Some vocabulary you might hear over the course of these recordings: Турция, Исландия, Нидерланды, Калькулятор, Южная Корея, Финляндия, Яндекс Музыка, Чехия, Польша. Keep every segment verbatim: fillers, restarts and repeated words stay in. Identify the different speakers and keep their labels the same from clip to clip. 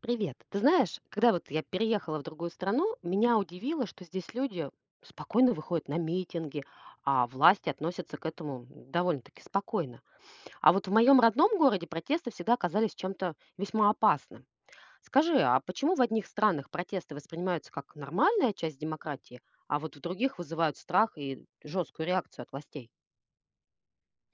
Speaker 1: Привет. Ты знаешь, когда вот я переехала в другую страну, меня удивило, что здесь люди спокойно выходят на митинги, а власти относятся к этому довольно-таки спокойно. А вот в моем родном городе протесты всегда оказались чем-то весьма опасным. Скажи, а почему в одних странах протесты воспринимаются как нормальная часть демократии, а вот в других вызывают страх и жесткую реакцию от властей?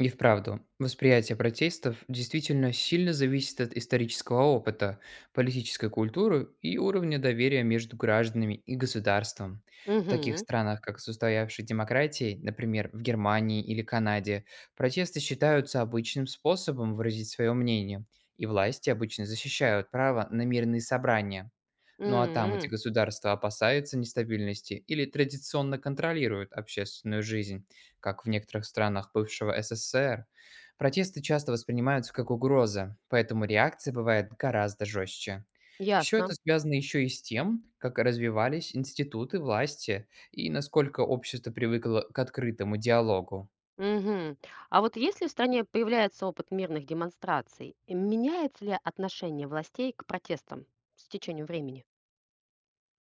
Speaker 2: И вправду, восприятие протестов действительно сильно зависит от исторического опыта, политической культуры и уровня доверия между гражданами и государством. В таких
Speaker 1: Угу.
Speaker 2: странах, как с устоявшей демократией, например, в Германии или Канаде, протесты считаются обычным способом выразить свое мнение, и власти обычно защищают право на мирные собрания. Ну а там, где государство опасается нестабильности или традиционно контролирует общественную жизнь, как в некоторых странах бывшего СССР, протесты часто воспринимаются как угроза, поэтому реакция бывает гораздо жестче. Все
Speaker 1: Ясно.
Speaker 2: это связано еще и с тем, как развивались институты власти и насколько общество привыкло к открытому диалогу.
Speaker 1: Мгм. А вот если в стране появляется опыт мирных демонстраций, меняется ли отношение властей к протестам с течением времени?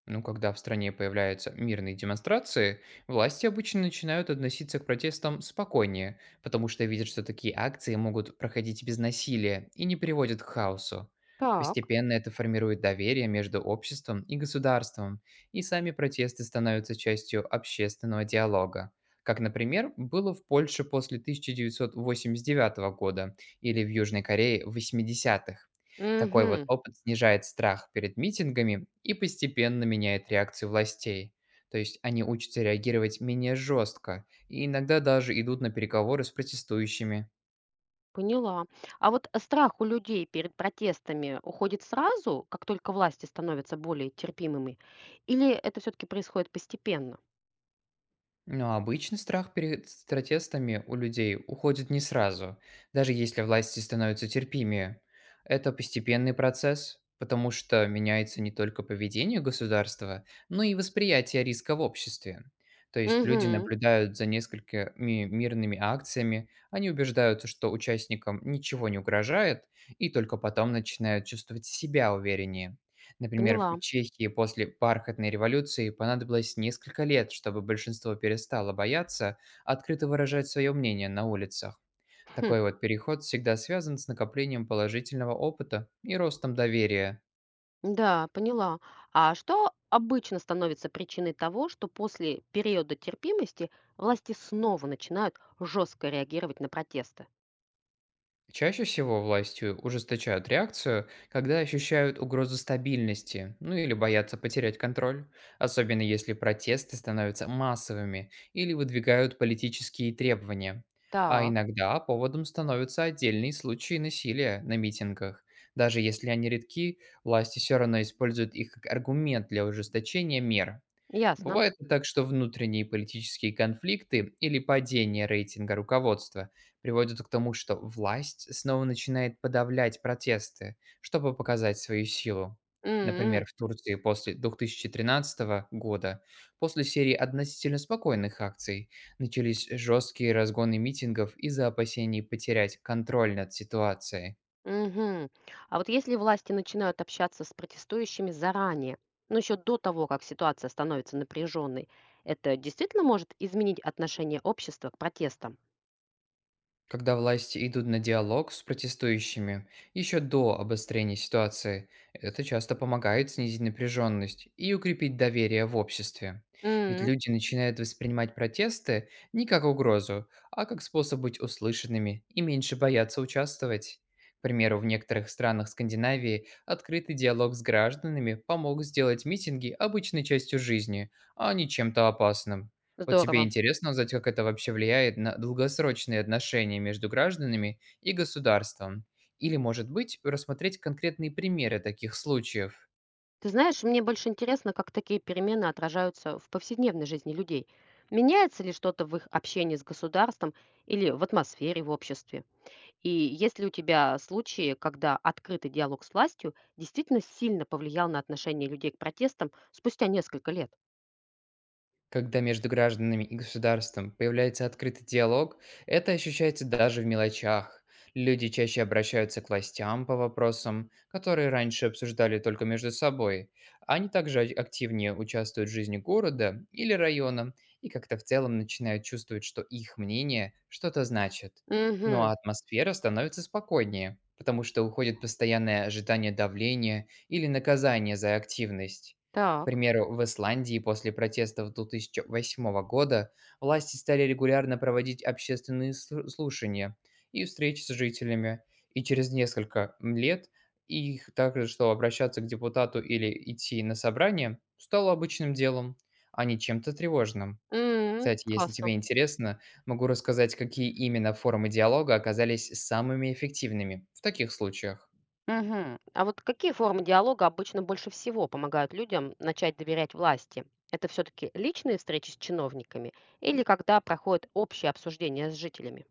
Speaker 2: Ну, когда в стране появляются мирные демонстрации, власти обычно начинают относиться к протестам спокойнее, потому что видят, что такие акции могут проходить без насилия и не приводят к хаосу.
Speaker 1: Так.
Speaker 2: Постепенно это формирует доверие между обществом и государством, и сами протесты становятся частью общественного диалога. Как, например, было в Польше после тысяча девятьсот восемьдесят девятого года или в Южной Корее в восьмидесятых. Такой вот
Speaker 1: Угу,
Speaker 2: опыт снижает страх перед митингами и постепенно меняет реакцию властей. То есть они учатся реагировать менее жестко и иногда даже идут на переговоры с протестующими.
Speaker 1: поняла. А вот страх у людей перед протестами уходит сразу, как только власти становятся более терпимыми, или это все-таки происходит постепенно?
Speaker 2: Но обычно страх перед с протестами у людей уходит не сразу, даже если власти становятся терпимее. Это постепенный процесс, потому что меняется не только поведение государства, но и восприятие риска в обществе. То есть люди
Speaker 1: Угу,
Speaker 2: наблюдают за несколькими мирными акциями, они убеждаются, что участникам ничего не угрожает, и только потом начинают чувствовать себя увереннее. Например, в
Speaker 1: поняла.
Speaker 2: Чехии после бархатной революции понадобилось несколько лет, чтобы большинство перестало бояться открыто выражать свое мнение на улицах.
Speaker 1: Хм.
Speaker 2: Такой вот переход всегда связан с накоплением положительного опыта и ростом доверия.
Speaker 1: Да, поняла. А что обычно становится причиной того, что после периода терпимости власти снова начинают жестко реагировать на протесты?
Speaker 2: Чаще всего властью ужесточают реакцию, когда ощущают угрозу стабильности, ну или боятся потерять контроль, особенно если протесты становятся массовыми или выдвигают политические требования. А
Speaker 1: Так,
Speaker 2: иногда поводом становятся отдельные случаи насилия на митингах. Даже если они редки, власти все равно используют их как аргумент для ужесточения мер.
Speaker 1: ясно.
Speaker 2: Бывает и так, что внутренние политические конфликты или падение рейтинга руководства приводят к тому, что власть снова начинает подавлять протесты, чтобы показать свою силу. Например,
Speaker 1: М,
Speaker 2: в Турции после две тысячи тринадцатого года, после серии относительно спокойных акций, начались жесткие разгоны митингов из-за опасений потерять контроль над ситуацией.
Speaker 1: мгм. А вот если власти начинают общаться с протестующими заранее, ну еще до того, как ситуация становится напряженной, это действительно может изменить отношение общества к протестам?
Speaker 2: Когда власти идут на диалог с протестующими еще до обострения ситуации, это часто помогает снизить напряженность и укрепить доверие в обществе. Ведь
Speaker 1: М,
Speaker 2: люди начинают воспринимать протесты не как угрозу, а как способ быть услышанными и меньше боятся участвовать. К примеру, в некоторых странах Скандинавии открытый диалог с гражданами помог сделать митинги обычной частью жизни, а не чем-то опасным. Вот тебе
Speaker 1: здорово.
Speaker 2: интересно узнать, как это вообще влияет на долгосрочные отношения между гражданами и государством? Или, может быть, рассмотреть конкретные примеры таких случаев?
Speaker 1: Ты знаешь, мне больше интересно, как такие перемены отражаются в повседневной жизни людей. Меняется ли что-то в их общении с государством или в атмосфере в обществе? И есть ли у тебя случаи, когда открытый диалог с властью действительно сильно повлиял на отношение людей к протестам спустя несколько лет?
Speaker 2: Когда между гражданами и государством появляется открытый диалог, это ощущается даже в мелочах. Люди чаще обращаются к властям по вопросам, которые раньше обсуждали только между собой. Они также ак- активнее участвуют в жизни города или района и как-то в целом начинают чувствовать, что их мнение что-то значит. Ну
Speaker 1: Угу,
Speaker 2: а атмосфера становится спокойнее, потому что уходит постоянное ожидание давления или наказания за активность. К
Speaker 1: так.
Speaker 2: примеру, в Исландии после протестов две тысячи восьмого года власти стали регулярно проводить общественные слу- слушания и встречи с жителями, и через несколько м, лет их также, что обращаться к депутату или идти на собрание, стало обычным делом, а не чем-то тревожным.
Speaker 1: М,
Speaker 2: Кстати, если
Speaker 1: классно.
Speaker 2: тебе интересно, могу рассказать, какие именно формы диалога оказались самыми эффективными в таких случаях.
Speaker 1: Мгм. А вот какие формы диалога обычно больше всего помогают людям начать доверять власти? Это все-таки личные встречи с чиновниками или когда проходит общее обсуждение с жителями?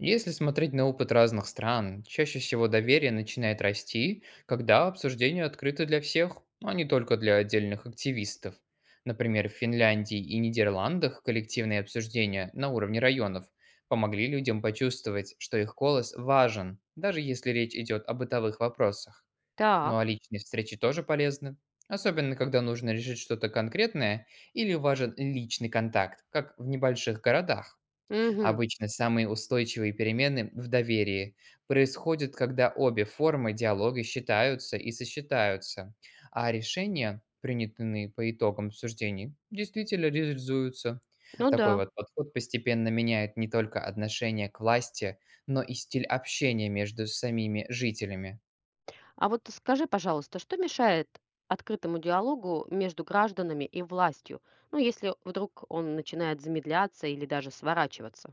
Speaker 2: Если смотреть на опыт разных стран, чаще всего доверие начинает расти, когда обсуждение открыто для всех, а не только для отдельных активистов. Например, в Финляндии и Нидерландах коллективные обсуждения на уровне районов помогли людям почувствовать, что их голос важен, даже если речь идет о бытовых вопросах. Ну а
Speaker 1: Так.
Speaker 2: личные встречи тоже полезны, особенно когда нужно решить что-то конкретное или важен личный контакт, как в небольших городах.
Speaker 1: Мгм.
Speaker 2: Обычно самые устойчивые перемены в доверии происходят, когда обе формы диалога считаются и сочетаются, а решения, принятые по итогам обсуждений, действительно реализуются.
Speaker 1: Ну
Speaker 2: Такой
Speaker 1: да.
Speaker 2: вот подход постепенно меняет не только отношение к власти, но и стиль общения между самими жителями.
Speaker 1: А вот скажи, пожалуйста, что мешает открытому диалогу между гражданами и властью? Ну, если вдруг он начинает замедляться или даже сворачиваться.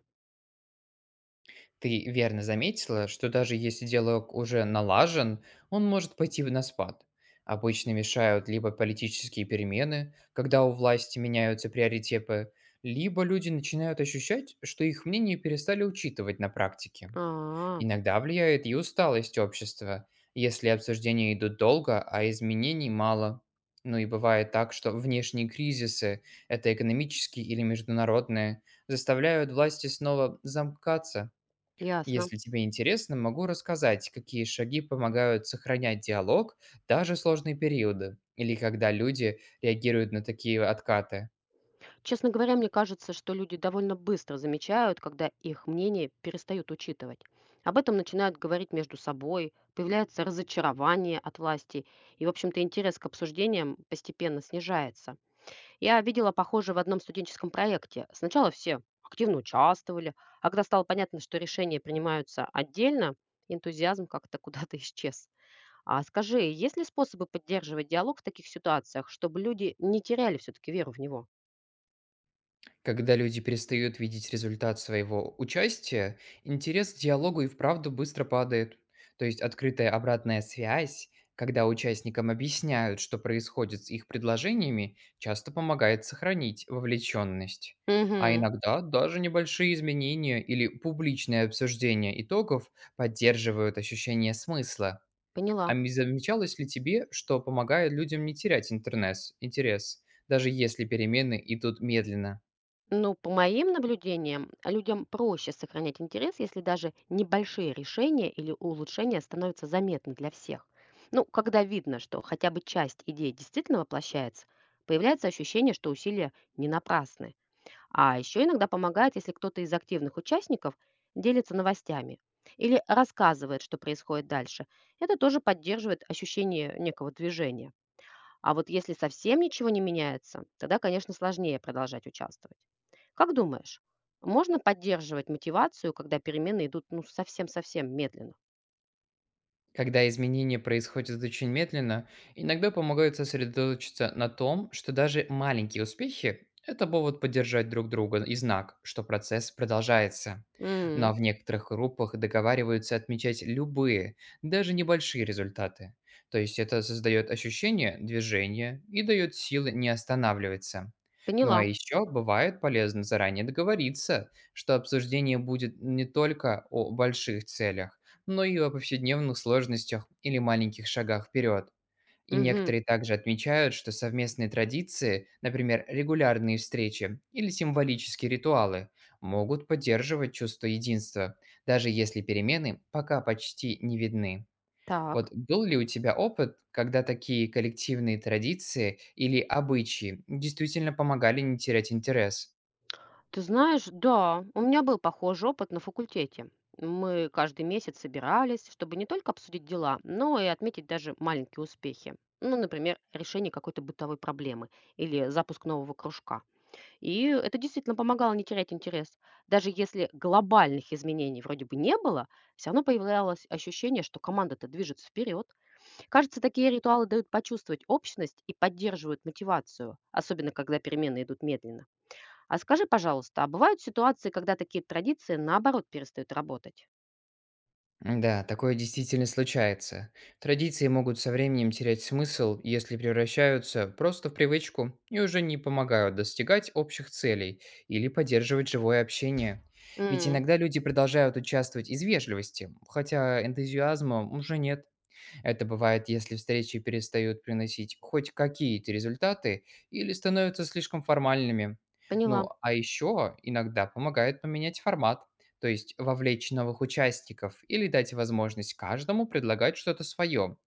Speaker 2: Ты верно заметила, что даже если диалог уже налажен, он может пойти в- на спад. Обычно мешают либо политические перемены, когда у власти меняются приоритеты, либо люди начинают ощущать, что их мнение перестали учитывать на практике.
Speaker 1: А,
Speaker 2: Иногда влияет и усталость общества, если обсуждения идут долго, а изменений мало. Ну и бывает так, что внешние кризисы, это экономические или международные, заставляют власти снова замкаться.
Speaker 1: ясно.
Speaker 2: Если тебе интересно, могу рассказать, какие шаги помогают сохранять диалог даже в сложные периоды или когда люди реагируют на такие откаты.
Speaker 1: Честно говоря, мне кажется, что люди довольно быстро замечают, когда их мнение перестают учитывать. Об этом начинают говорить между собой, появляется разочарование от власти, и, в общем-то, интерес к обсуждениям постепенно снижается. Я видела похожее в одном студенческом проекте. Сначала все активно участвовали, а когда стало понятно, что решения принимаются отдельно, энтузиазм как-то куда-то исчез. А скажи, есть ли способы поддерживать диалог в таких ситуациях, чтобы люди не теряли все-таки веру в него?
Speaker 2: Когда люди перестают видеть результат своего участия, интерес к диалогу и вправду быстро падает. То есть открытая обратная связь, когда участникам объясняют, что происходит с их предложениями, часто помогает сохранить вовлеченность. А
Speaker 1: Угу.
Speaker 2: иногда даже небольшие изменения или публичное обсуждение итогов поддерживают ощущение смысла. А
Speaker 1: Поняла.
Speaker 2: м- замечалось ли тебе, что помогает людям не терять интернес, интерес, даже если перемены идут медленно?
Speaker 1: Ну, по моим наблюдениям, людям проще сохранять интерес, если даже небольшие решения или улучшения становятся заметны для всех. Ну, когда видно, что хотя бы часть идей действительно воплощается, появляется ощущение, что усилия не напрасны. А еще иногда помогает, если кто-то из активных участников делится новостями или рассказывает, что происходит дальше. Это тоже поддерживает ощущение некого движения. А вот если совсем ничего не меняется, тогда, конечно, сложнее продолжать участвовать. Как думаешь, можно поддерживать мотивацию, когда перемены идут ну совсем-совсем медленно?
Speaker 2: Когда изменения происходят очень медленно, иногда помогают сосредоточиться на том, что даже маленькие успехи– это повод поддержать друг друга и знак, что процесс продолжается.
Speaker 1: М,
Speaker 2: Но в некоторых группах договариваются отмечать любые, даже небольшие результаты. То есть это создает ощущение движения и дает силы не останавливаться. Ну а
Speaker 1: поняла.
Speaker 2: еще бывает полезно заранее договориться, что обсуждение будет не только о больших целях, но и о повседневных сложностях или маленьких шагах вперед. И
Speaker 1: Мгм.
Speaker 2: некоторые также отмечают, что совместные традиции, например, регулярные встречи или символические ритуалы, могут поддерживать чувство единства, даже если перемены пока почти не видны.
Speaker 1: Так.
Speaker 2: Вот был ли у тебя опыт, когда такие коллективные традиции или обычаи действительно помогали не терять интерес?
Speaker 1: Ты знаешь, да, у меня был похожий опыт на факультете. Мы каждый месяц собирались, чтобы не только обсудить дела, но и отметить даже маленькие успехи. Ну, например, решение какой-то бытовой проблемы или запуск нового кружка. И это действительно помогало не терять интерес. Даже если глобальных изменений вроде бы не было, все равно появлялось ощущение, что команда-то движется вперед. Кажется, такие ритуалы дают почувствовать общность и поддерживают мотивацию, особенно когда перемены идут медленно. А скажи, пожалуйста, а бывают ситуации, когда такие традиции наоборот перестают работать?
Speaker 2: Да, такое действительно случается. Традиции могут со временем терять смысл, если превращаются просто в привычку и уже не помогают достигать общих целей или поддерживать живое общение. Ведь
Speaker 1: М,
Speaker 2: иногда люди продолжают участвовать из вежливости, хотя энтузиазма уже нет. Это бывает, если встречи перестают приносить хоть какие-то результаты или становятся слишком формальными.
Speaker 1: поняла.
Speaker 2: Ну, а еще иногда помогает поменять формат, то есть вовлечь новых участников или дать возможность каждому предлагать что-то свое.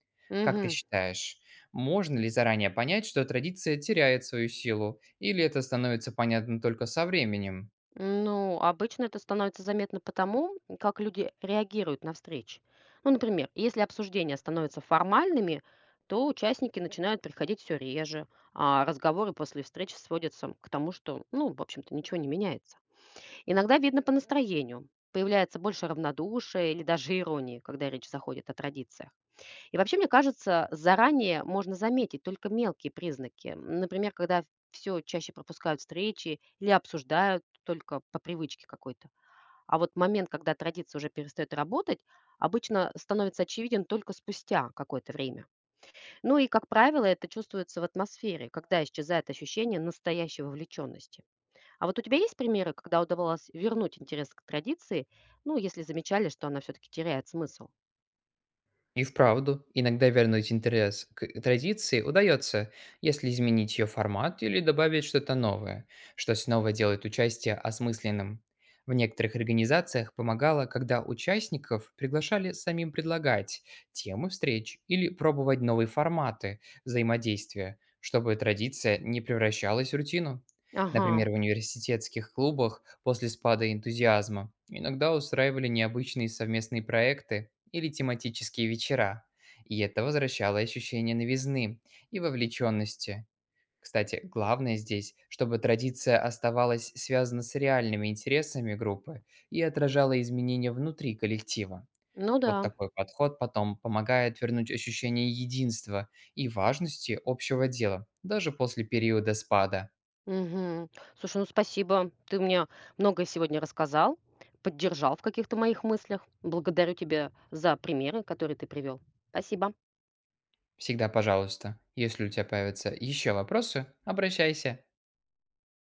Speaker 2: Как ты
Speaker 1: Мгм.
Speaker 2: считаешь, можно ли заранее понять, что традиция теряет свою силу, или это становится понятно только со временем?
Speaker 1: Ну, обычно это становится заметно потому, как люди реагируют на встречи. Ну, например, если обсуждения становятся формальными, то участники начинают приходить все реже, а разговоры после встречи сводятся к тому, что, ну, в общем-то, ничего не меняется. Иногда видно по настроению. Появляется больше равнодушия или даже иронии, когда речь заходит о традициях. И вообще, мне кажется, заранее можно заметить только мелкие признаки. Например, когда все чаще пропускают встречи или обсуждают только по привычке какой-то. А вот момент, когда традиция уже перестает работать, обычно становится очевиден только спустя какое-то время. Ну и, как правило, это чувствуется в атмосфере, когда исчезает ощущение настоящей вовлеченности. А вот у тебя есть примеры, когда удавалось вернуть интерес к традиции, ну, если замечали, что она все-таки теряет смысл?
Speaker 2: И вправду, иногда вернуть интерес к традиции удается, если изменить ее формат или добавить что-то новое, что снова делает участие осмысленным. В некоторых организациях помогало, когда участников приглашали самим предлагать темы встреч или пробовать новые форматы взаимодействия, чтобы традиция не превращалась в рутину.
Speaker 1: Ага,
Speaker 2: Например, в университетских клубах после спада энтузиазма иногда устраивали необычные совместные проекты, или тематические вечера, и это возвращало ощущение новизны и вовлеченности. Кстати, главное здесь, чтобы традиция оставалась связана с реальными интересами группы и отражала изменения внутри коллектива.
Speaker 1: ну да.
Speaker 2: Вот такой подход потом помогает вернуть ощущение единства и важности общего дела, даже после периода спада.
Speaker 1: Мгм. Слушай, ну спасибо. Ты мне многое сегодня рассказал, поддержал в каких-то моих мыслях. Благодарю тебя за примеры, которые ты привел. Спасибо.
Speaker 2: Всегда пожалуйста, если у тебя появятся еще вопросы, обращайся.